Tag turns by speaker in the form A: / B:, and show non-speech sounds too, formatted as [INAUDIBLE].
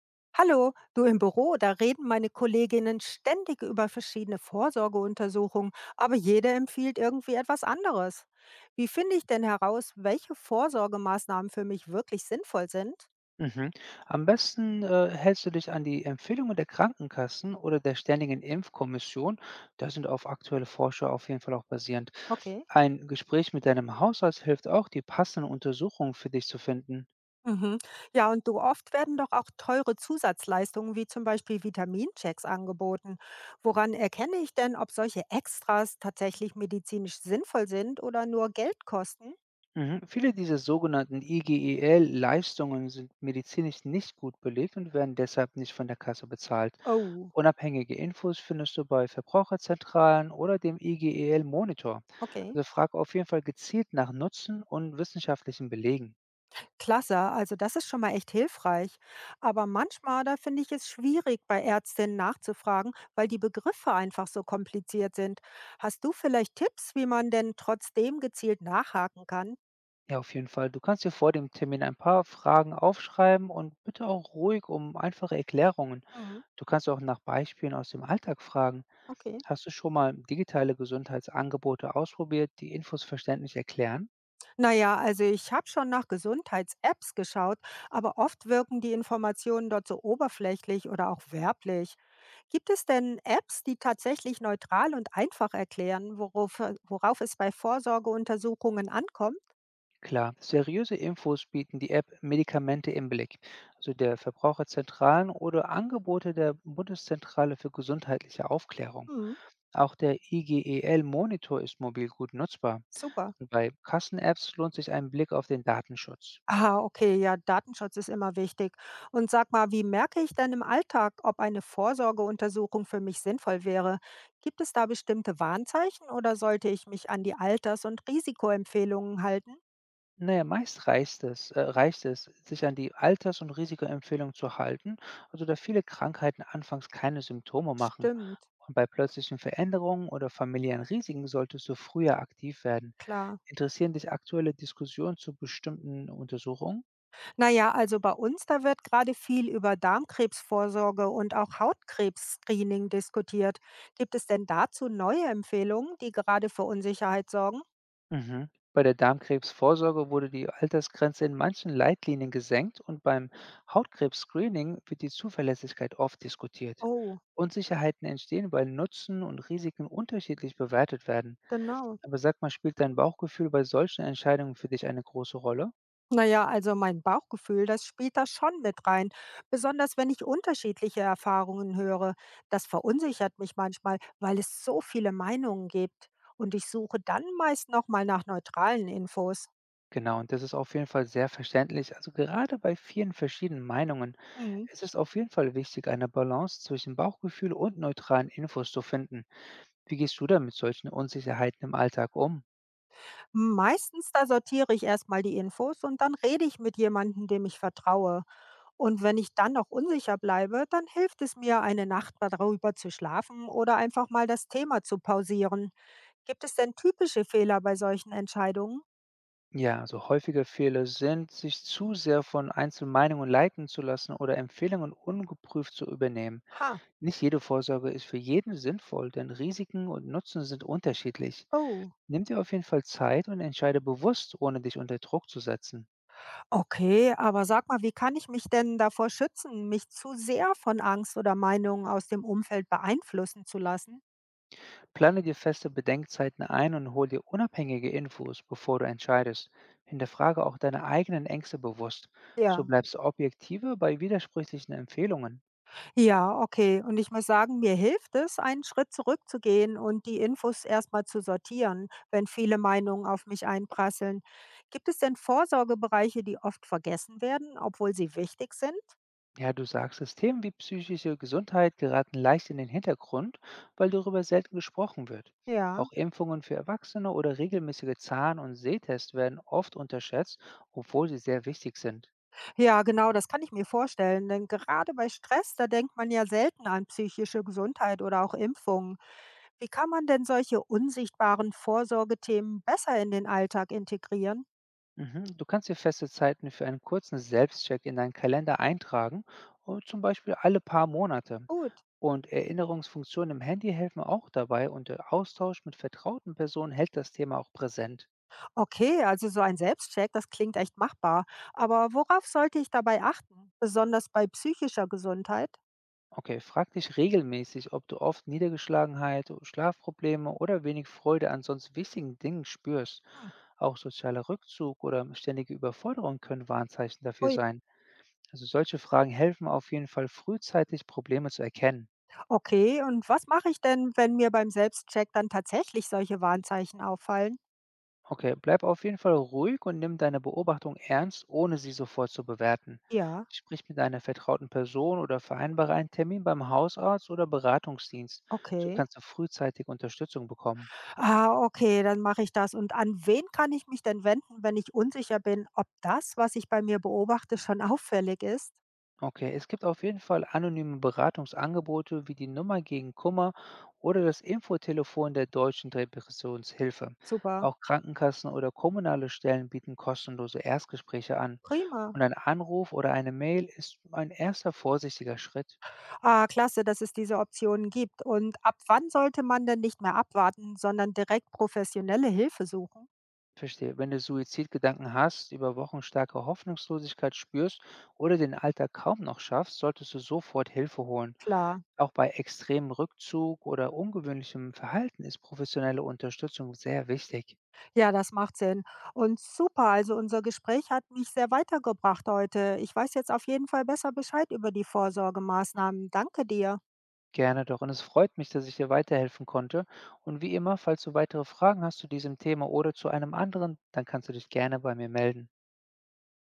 A: Hallo, du im Büro, da reden meine Kolleginnen ständig über verschiedene Vorsorgeuntersuchungen, aber jede empfiehlt irgendwie etwas anderes. Wie finde ich denn heraus, welche Vorsorgemaßnahmen für mich wirklich sinnvoll sind?
B: Mhm. Am besten hältst du dich an die Empfehlungen der Krankenkassen oder der Ständigen Impfkommission. Da sind auf aktuelle Forscher auf jeden Fall auch basierend.
A: Okay.
B: Ein Gespräch mit deinem Hausarzt hilft auch, die passenden Untersuchungen für dich zu finden.
A: Mhm. Ja, und du oft werden doch auch teure Zusatzleistungen wie zum Beispiel Vitaminchecks angeboten. Woran erkenne ich denn, ob solche Extras tatsächlich medizinisch sinnvoll sind oder nur Geld kosten?
B: Mhm. Viele dieser sogenannten IGEL-Leistungen sind medizinisch nicht gut belegt und werden deshalb nicht von der Kasse bezahlt.
A: Oh,
B: Unabhängige Infos findest du bei Verbraucherzentralen oder dem IGEL-Monitor.
A: okay.
B: Also frag auf jeden Fall gezielt nach Nutzen und wissenschaftlichen Belegen.
A: Klasse, also das ist schon mal echt hilfreich. Aber manchmal, da finde ich es schwierig, bei Ärztinnen nachzufragen, weil die Begriffe einfach so kompliziert sind. Hast du vielleicht Tipps, wie man denn trotzdem gezielt nachhaken kann?
B: Ja, auf jeden Fall. Du kannst dir vor dem Termin ein paar Fragen aufschreiben und bitte auch ruhig um einfache Erklärungen.
A: Mhm.
B: Du kannst auch nach Beispielen aus dem Alltag fragen.
A: Okay.
B: Hast du schon mal digitale Gesundheitsangebote ausprobiert, die Infos verständlich erklären?
A: Naja, also ich habe schon nach Gesundheits-Apps geschaut, aber oft wirken die Informationen dort so oberflächlich oder auch werblich. Gibt es denn Apps, die tatsächlich neutral und einfach erklären, worauf es bei Vorsorgeuntersuchungen ankommt?
B: Klar, seriöse Infos bieten die App Medikamente im Blick, also der Verbraucherzentralen oder Angebote der Bundeszentrale für gesundheitliche Aufklärung.
A: Mhm.
B: Auch der IGEL-Monitor ist mobil gut nutzbar.
A: Super.
B: Und bei Kassen-Apps lohnt sich ein Blick auf den Datenschutz.
A: Ah, okay, ja, Datenschutz ist immer wichtig. Und sag mal, wie merke ich denn im Alltag, ob eine Vorsorgeuntersuchung für mich sinnvoll wäre? Gibt es da bestimmte Warnzeichen oder sollte ich mich an die Alters- und Risikoempfehlungen halten?
B: Na ja, meist reicht es reicht es, sich an die Alters- und Risikoempfehlung zu halten, also da viele Krankheiten anfangs keine Symptome machen.
A: Stimmt,
B: Und bei plötzlichen Veränderungen oder familiären Risiken solltest du früher aktiv werden.
A: klar.
B: Interessieren dich aktuelle Diskussionen zu bestimmten Untersuchungen?
A: Naja, also bei uns, da wird gerade viel über Darmkrebsvorsorge und auch Hautkrebs-Screening diskutiert. Gibt es denn dazu neue Empfehlungen, die gerade für Unsicherheit sorgen?
B: Mhm. Bei der Darmkrebsvorsorge wurde die Altersgrenze in manchen Leitlinien gesenkt und beim Hautkrebs-Screening wird die Zuverlässigkeit oft diskutiert.
A: Oh,
B: Unsicherheiten entstehen, weil Nutzen und Risiken unterschiedlich bewertet werden.
A: genau.
B: Aber sag mal, spielt dein Bauchgefühl bei solchen Entscheidungen für dich eine große Rolle?
A: Naja, also mein Bauchgefühl, das spielt da schon mit rein. Besonders wenn ich unterschiedliche Erfahrungen höre. Das verunsichert mich manchmal, weil es so viele Meinungen gibt. Und ich suche dann meist nochmal nach neutralen Infos.
B: Genau, und das ist auf jeden Fall sehr verständlich. Also gerade bei vielen verschiedenen Meinungen
A: Mhm.
B: ist es auf jeden Fall wichtig, eine Balance zwischen Bauchgefühl und neutralen Infos zu finden. Wie gehst du denn mit solchen Unsicherheiten im Alltag um?
A: Meistens da sortiere ich erstmal die Infos und dann rede ich mit jemandem, dem ich vertraue. Und wenn ich dann noch unsicher bleibe, dann hilft es mir, eine Nacht darüber zu schlafen oder einfach mal das Thema zu pausieren. Gibt es denn typische Fehler bei solchen Entscheidungen?
B: Ja, also häufige Fehler sind, sich zu sehr von Einzelmeinungen leiten zu lassen oder Empfehlungen ungeprüft zu übernehmen.
A: Ha.
B: Nicht jede Vorsorge ist für jeden sinnvoll, denn Risiken und Nutzen sind unterschiedlich.
A: Oh.
B: Nimm dir auf jeden Fall Zeit und entscheide bewusst, ohne dich unter Druck zu setzen.
A: Okay, aber sag mal, wie kann ich mich denn davor schützen, mich zu sehr von Angst oder Meinungen aus dem Umfeld beeinflussen zu lassen?
B: Plane dir feste Bedenkzeiten ein und hol dir unabhängige Infos, bevor du entscheidest. Hinterfrage auch deine eigenen Ängste bewusst. So
A: Ja.
B: bleibst du objektiver bei widersprüchlichen Empfehlungen.
A: Ja, okay. Und ich muss sagen, mir hilft es, einen Schritt zurückzugehen und die Infos erstmal zu sortieren, wenn viele Meinungen auf mich einprasseln. Gibt es denn Vorsorgebereiche, die oft vergessen werden, obwohl sie wichtig sind?
B: Ja, du sagst, es, Themen wie psychische Gesundheit geraten leicht in den Hintergrund, weil darüber selten gesprochen wird.
A: Ja.
B: Auch Impfungen für Erwachsene oder regelmäßige Zahn- und Sehtests werden oft unterschätzt, obwohl sie sehr wichtig sind.
A: Ja, genau, das kann ich mir vorstellen. Denn gerade bei Stress, da denkt man ja selten an psychische Gesundheit oder auch Impfungen. Wie kann man denn solche unsichtbaren Vorsorgethemen besser in den Alltag integrieren?
B: Mhm. Du kannst dir feste Zeiten für einen kurzen Selbstcheck in deinen Kalender eintragen, zum Beispiel alle paar Monate.
A: Gut.
B: Und Erinnerungsfunktionen im Handy helfen auch dabei und der Austausch mit vertrauten Personen hält das Thema auch präsent.
A: Okay, also so ein Selbstcheck, das klingt echt machbar. Aber worauf sollte ich dabei achten? Besonders bei psychischer Gesundheit?
B: Okay, frag dich regelmäßig, ob du oft Niedergeschlagenheit, oh, Schlafprobleme oder wenig Freude an sonst wichtigen Dingen spürst.
A: Hm.
B: Auch sozialer Rückzug oder ständige Überforderung können Warnzeichen dafür
A: Ui.
B: sein. Also solche Fragen helfen auf jeden Fall frühzeitig Probleme zu erkennen.
A: Okay, und was mache ich denn, wenn mir beim Selbstcheck dann tatsächlich solche Warnzeichen auffallen?
B: Okay, bleib auf jeden Fall ruhig und nimm deine Beobachtung ernst, ohne sie sofort zu bewerten.
A: Ja,
B: Sprich mit einer vertrauten Person oder vereinbare einen Termin beim Hausarzt oder Beratungsdienst. So
A: okay.
B: kannst du frühzeitig Unterstützung bekommen.
A: Ah, okay, dann mache ich das. Und an wen kann ich mich denn wenden, wenn ich unsicher bin, ob das, was ich bei mir beobachte, schon [LAUGHS] auffällig ist?
B: Okay, es gibt auf jeden Fall anonyme Beratungsangebote wie die Nummer gegen Kummer oder das Infotelefon der Deutschen Depressionshilfe.
A: Super.
B: Auch Krankenkassen oder kommunale Stellen bieten kostenlose Erstgespräche an.
A: Prima.
B: Und ein Anruf oder eine Mail ist ein erster vorsichtiger Schritt.
A: Ah, klasse, dass es diese Optionen gibt. Und ab wann sollte man denn nicht mehr abwarten, sondern direkt professionelle Hilfe suchen?
B: Verstehe. Wenn du Suizidgedanken hast, über Wochen starke Hoffnungslosigkeit spürst oder den Alltag kaum noch schaffst, solltest du sofort Hilfe holen.
A: Klar,
B: Auch bei extremem Rückzug oder ungewöhnlichem Verhalten ist professionelle Unterstützung sehr wichtig.
A: ja, das macht Sinn. Und super, also unser Gespräch hat mich sehr weitergebracht heute. Ich weiß jetzt auf jeden Fall besser Bescheid über die Vorsorgemaßnahmen. Danke dir.
B: Gerne doch. Und es freut mich, dass ich dir weiterhelfen konnte. Und wie immer, falls du weitere Fragen hast zu diesem Thema oder zu einem anderen, dann kannst du dich gerne bei mir melden.